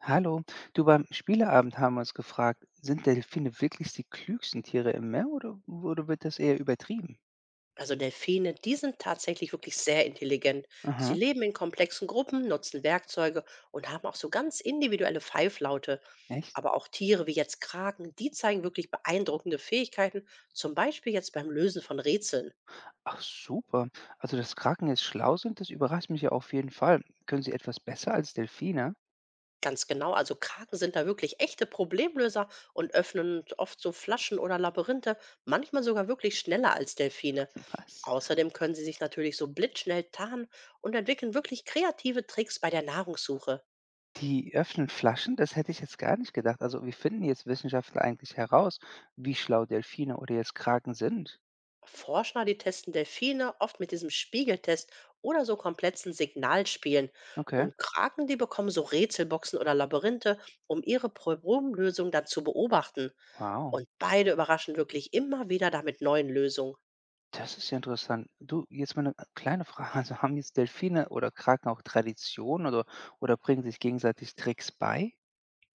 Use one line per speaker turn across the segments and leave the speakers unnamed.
Hallo, du, beim Spieleabend haben wir uns gefragt, sind Delfine wirklich die klügsten Tiere im Meer oder wird das eher übertrieben?
Also Delfine, die sind tatsächlich wirklich sehr intelligent. Sie
Aha,
leben in komplexen Gruppen, nutzen Werkzeuge und haben auch so ganz individuelle Pfeiflaute.
echt?
Aber auch Tiere wie jetzt Kraken, die zeigen wirklich beeindruckende Fähigkeiten, zum Beispiel jetzt beim Lösen von Rätseln.
Ach super. Also, dass Kraken jetzt schlau sind, das überrascht mich ja auf jeden Fall. Können sie etwas besser als Delfine?
Ganz genau, also Kraken sind da wirklich echte Problemlöser und öffnen oft so Flaschen oder Labyrinthe, manchmal sogar wirklich schneller als Delfine.
Was?
Außerdem können sie sich natürlich so blitzschnell tarnen und entwickeln wirklich kreative Tricks bei der Nahrungssuche.
Die öffnen Flaschen? Das hätte ich jetzt gar nicht gedacht. Also, wie finden jetzt Wissenschaftler eigentlich heraus, wie schlau Delfine oder jetzt Kraken sind?
Forscher, die testen Delfine oft mit diesem Spiegeltest oder so komplexen Signalspielen.
Okay,
Und Kraken, die bekommen so Rätselboxen oder Labyrinthe, um ihre Problemlösung dann zu beobachten.
wow.
Und beide überraschen wirklich immer wieder damit neuen Lösungen.
Das ist ja interessant. Du, jetzt mal 'ne kleine Frage. Also, haben jetzt Delfine oder Kraken auch Tradition oder bringen sich gegenseitig Tricks bei?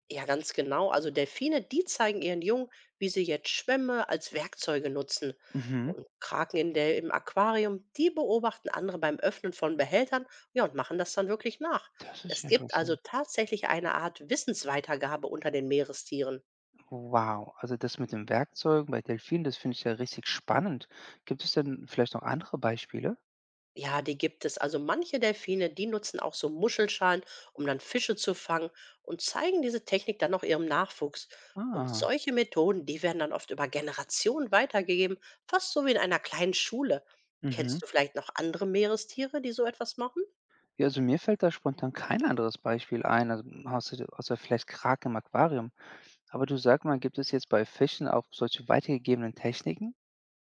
Ja, ganz genau. Also Delfine, die zeigen ihren Jungen, wie sie jetzt Schwämme als Werkzeuge nutzen.
Mhm.
Und Kraken in im Aquarium, die beobachten andere beim Öffnen von Behältern, ja, und machen das dann wirklich nach.
Das ist
Es
ja
gibt also
interessant.
tatsächlich eine Art Wissensweitergabe unter den Meerestieren.
Wow, also, das mit den Werkzeugen bei Delfinen, das finde ich ja richtig spannend. Gibt es denn vielleicht noch andere Beispiele?
Ja, die gibt es. Also manche Delfine, die nutzen auch so Muschelschalen, um dann Fische zu fangen und zeigen diese Technik dann auch ihrem Nachwuchs. Und
Ah,
solche Methoden, die werden dann oft über Generationen weitergegeben, fast so wie in einer kleinen Schule.
mhm.
Kennst du vielleicht noch andere Meerestiere, die so etwas machen?
Ja, also, mir fällt da spontan kein anderes Beispiel ein, also, außer vielleicht Kraken im Aquarium. Aber du, sag mal, gibt es jetzt bei Fischen auch solche weitergegebenen Techniken?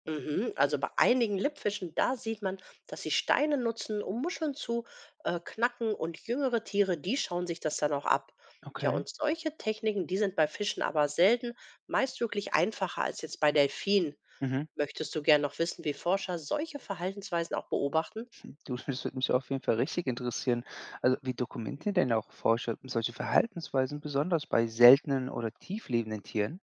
Mhm, also bei einigen Lippfischen, da sieht man, dass sie Steine nutzen, um Muscheln zu knacken, und jüngere Tiere, die schauen sich das dann auch ab. Ja,
Okay.
und solche Techniken, die sind bei Fischen aber selten, meist wirklich einfacher als jetzt bei Delfinen.
Mhm.
Möchtest du gern noch wissen, wie Forscher solche Verhaltensweisen auch beobachten?
Du, das würde mich auf jeden Fall richtig interessieren. Also, wie dokumentieren denn auch Forscher solche Verhaltensweisen, besonders bei seltenen oder tieflebenden Tieren?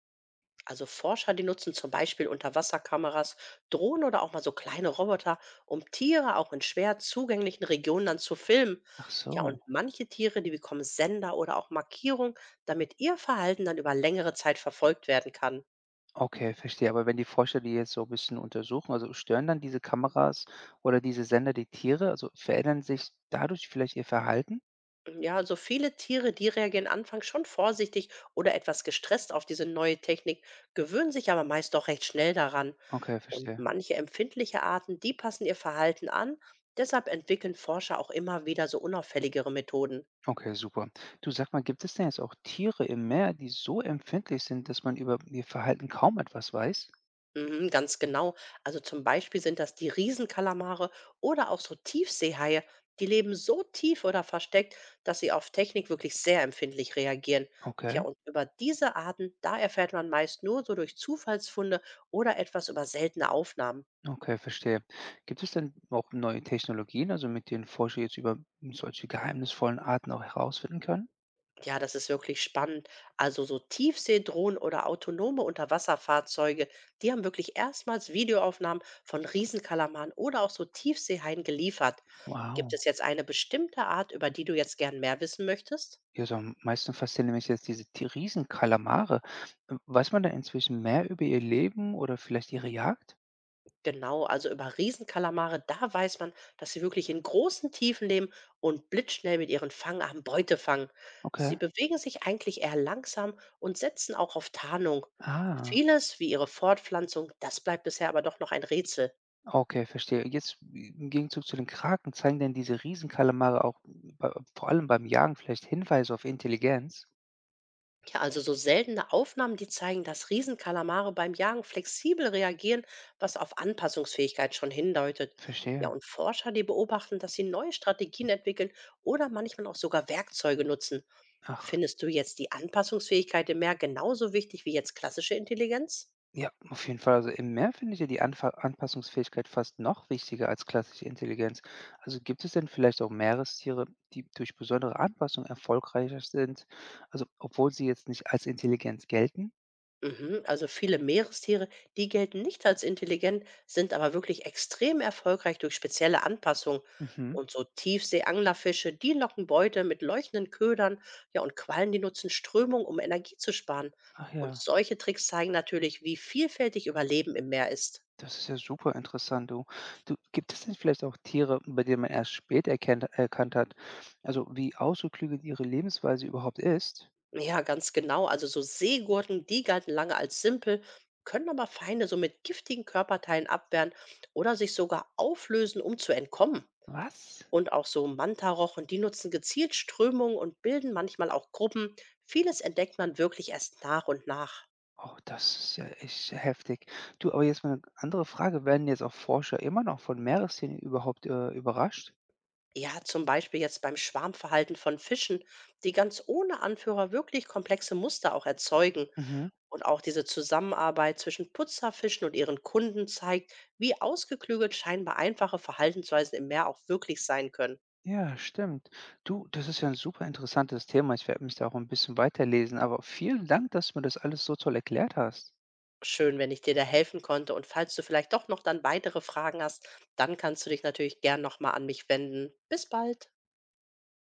Also Forscher, die nutzen zum Beispiel Unterwasserkameras, Drohnen oder auch mal so kleine Roboter, um Tiere auch in schwer zugänglichen Regionen dann zu filmen.
Ach
Ja,
so.
und manche Tiere, die bekommen Sender oder auch Markierungen, damit ihr Verhalten dann über längere Zeit verfolgt werden kann.
Okay, verstehe. Aber wenn die Forscher die jetzt so ein bisschen untersuchen, also stören dann diese Kameras oder diese Sender die Tiere? Also verändern sich dadurch vielleicht ihr Verhalten?
Ja, also viele Tiere, die reagieren anfangs schon vorsichtig oder etwas gestresst auf diese neue Technik, gewöhnen sich aber meist doch recht schnell daran.
Okay,
Und
verstehe.
manche empfindliche Arten, die passen ihr Verhalten an, deshalb entwickeln Forscher auch immer wieder so unauffälligere Methoden.
Okay, super. Du, sag mal, gibt es denn jetzt auch Tiere im Meer, die so empfindlich sind, dass man über ihr Verhalten kaum etwas weiß?
Mhm, ganz genau. Also zum Beispiel sind das die Riesenkalamare oder auch so Tiefseehaie. Die leben so tief oder versteckt, dass sie auf Technik wirklich sehr empfindlich reagieren. Tja,
Okay.
und über diese Arten, da erfährt man meist nur so durch Zufallsfunde oder etwas über seltene Aufnahmen.
Okay, verstehe. Gibt es denn auch neue Technologien, also mit denen Forscher jetzt über solche geheimnisvollen Arten auch herausfinden können?
Ja, das ist wirklich spannend. Also so Tiefseedrohnen oder autonome Unterwasserfahrzeuge, die haben wirklich erstmals Videoaufnahmen von Riesenkalamaren oder auch so Tiefseehaien geliefert. Gibt
Wow.
es jetzt eine bestimmte Art, über die du jetzt gern mehr wissen möchtest?
Ja, so am meisten faszinieren mich jetzt diese Riesenkalamare. Weiß man da inzwischen mehr über ihr Leben oder vielleicht ihre Jagd?
Genau, also über Riesenkalamare, da weiß man, dass sie wirklich in großen Tiefen leben und blitzschnell mit ihren Fangarmen Beute fangen. Sie
Okay.
bewegen sich eigentlich eher langsam und setzen auch auf Tarnung.
Ah,
Vieles, wie ihre Fortpflanzung, das bleibt bisher aber doch noch ein Rätsel.
okay, verstehe. Jetzt im Gegenzug zu den Kraken, zeigen denn diese Riesenkalamare auch bei, vor allem beim Jagen vielleicht Hinweise auf Intelligenz?
Ja, also so seltene Aufnahmen, die zeigen, dass Riesenkalamare beim Jagen flexibel reagieren, was auf Anpassungsfähigkeit schon hindeutet. Ja,
Verstehe.
und Forscher, die beobachten, dass sie neue Strategien entwickeln oder manchmal auch sogar Werkzeuge nutzen.
Ach.
Findest du jetzt die Anpassungsfähigkeit im Meer genauso wichtig wie jetzt klassische Intelligenz?
Ja, auf jeden Fall. Also im Meer findet ihr die Anfa Anpassungsfähigkeit fast noch wichtiger als klassische Intelligenz. Also gibt es denn vielleicht auch Meerestiere, die durch besondere Anpassung erfolgreicher sind, also obwohl sie jetzt nicht als Intelligenz gelten?
Mhm. Also viele Meerestiere, die gelten nicht als intelligent, sind aber wirklich extrem erfolgreich durch spezielle Anpassungen.
Mhm.
Und so Tiefseeanglerfische, die locken Beute mit leuchtenden Ködern, ja, und Quallen, die nutzen Strömung, um Energie zu sparen.
Ach
Und
ja,
solche Tricks zeigen natürlich, wie vielfältig Überleben im Meer ist.
das ist ja super interessant. Du, gibt es denn vielleicht auch Tiere, bei denen man erkannt hat, also wie ausgeklügelt ihre Lebensweise überhaupt ist?
Ja, ganz genau. Also so Seegurken, die galten lange als simpel, können aber Feinde so mit giftigen Körperteilen abwehren oder sich sogar auflösen, um zu entkommen.
Was?
Und auch so Mantarochen, die nutzen gezielt Strömungen und bilden manchmal auch Gruppen. Vieles entdeckt man wirklich erst nach und nach.
Oh, das ist ja echt heftig. Du, aber jetzt mal 'ne andere Frage. Werden jetzt auch Forscher immer noch von Meerestieren überhaupt, überrascht?
Ja, zum Beispiel jetzt beim Schwarmverhalten von Fischen, die ganz ohne Anführer wirklich komplexe Muster auch erzeugen.
Mhm.
Und auch diese Zusammenarbeit zwischen Putzerfischen und ihren Kunden zeigt, wie ausgeklügelt scheinbar einfache Verhaltensweisen im Meer auch wirklich sein können.
Ja, stimmt. Du, das ist ja ein super interessantes Thema. Ich werde mich da auch ein bisschen weiterlesen, aber vielen Dank, dass du mir das alles so toll erklärt hast.
Schön, wenn ich dir da helfen konnte. Und falls du vielleicht doch noch dann weitere Fragen hast, dann kannst du dich natürlich gern nochmal an mich wenden. Bis bald.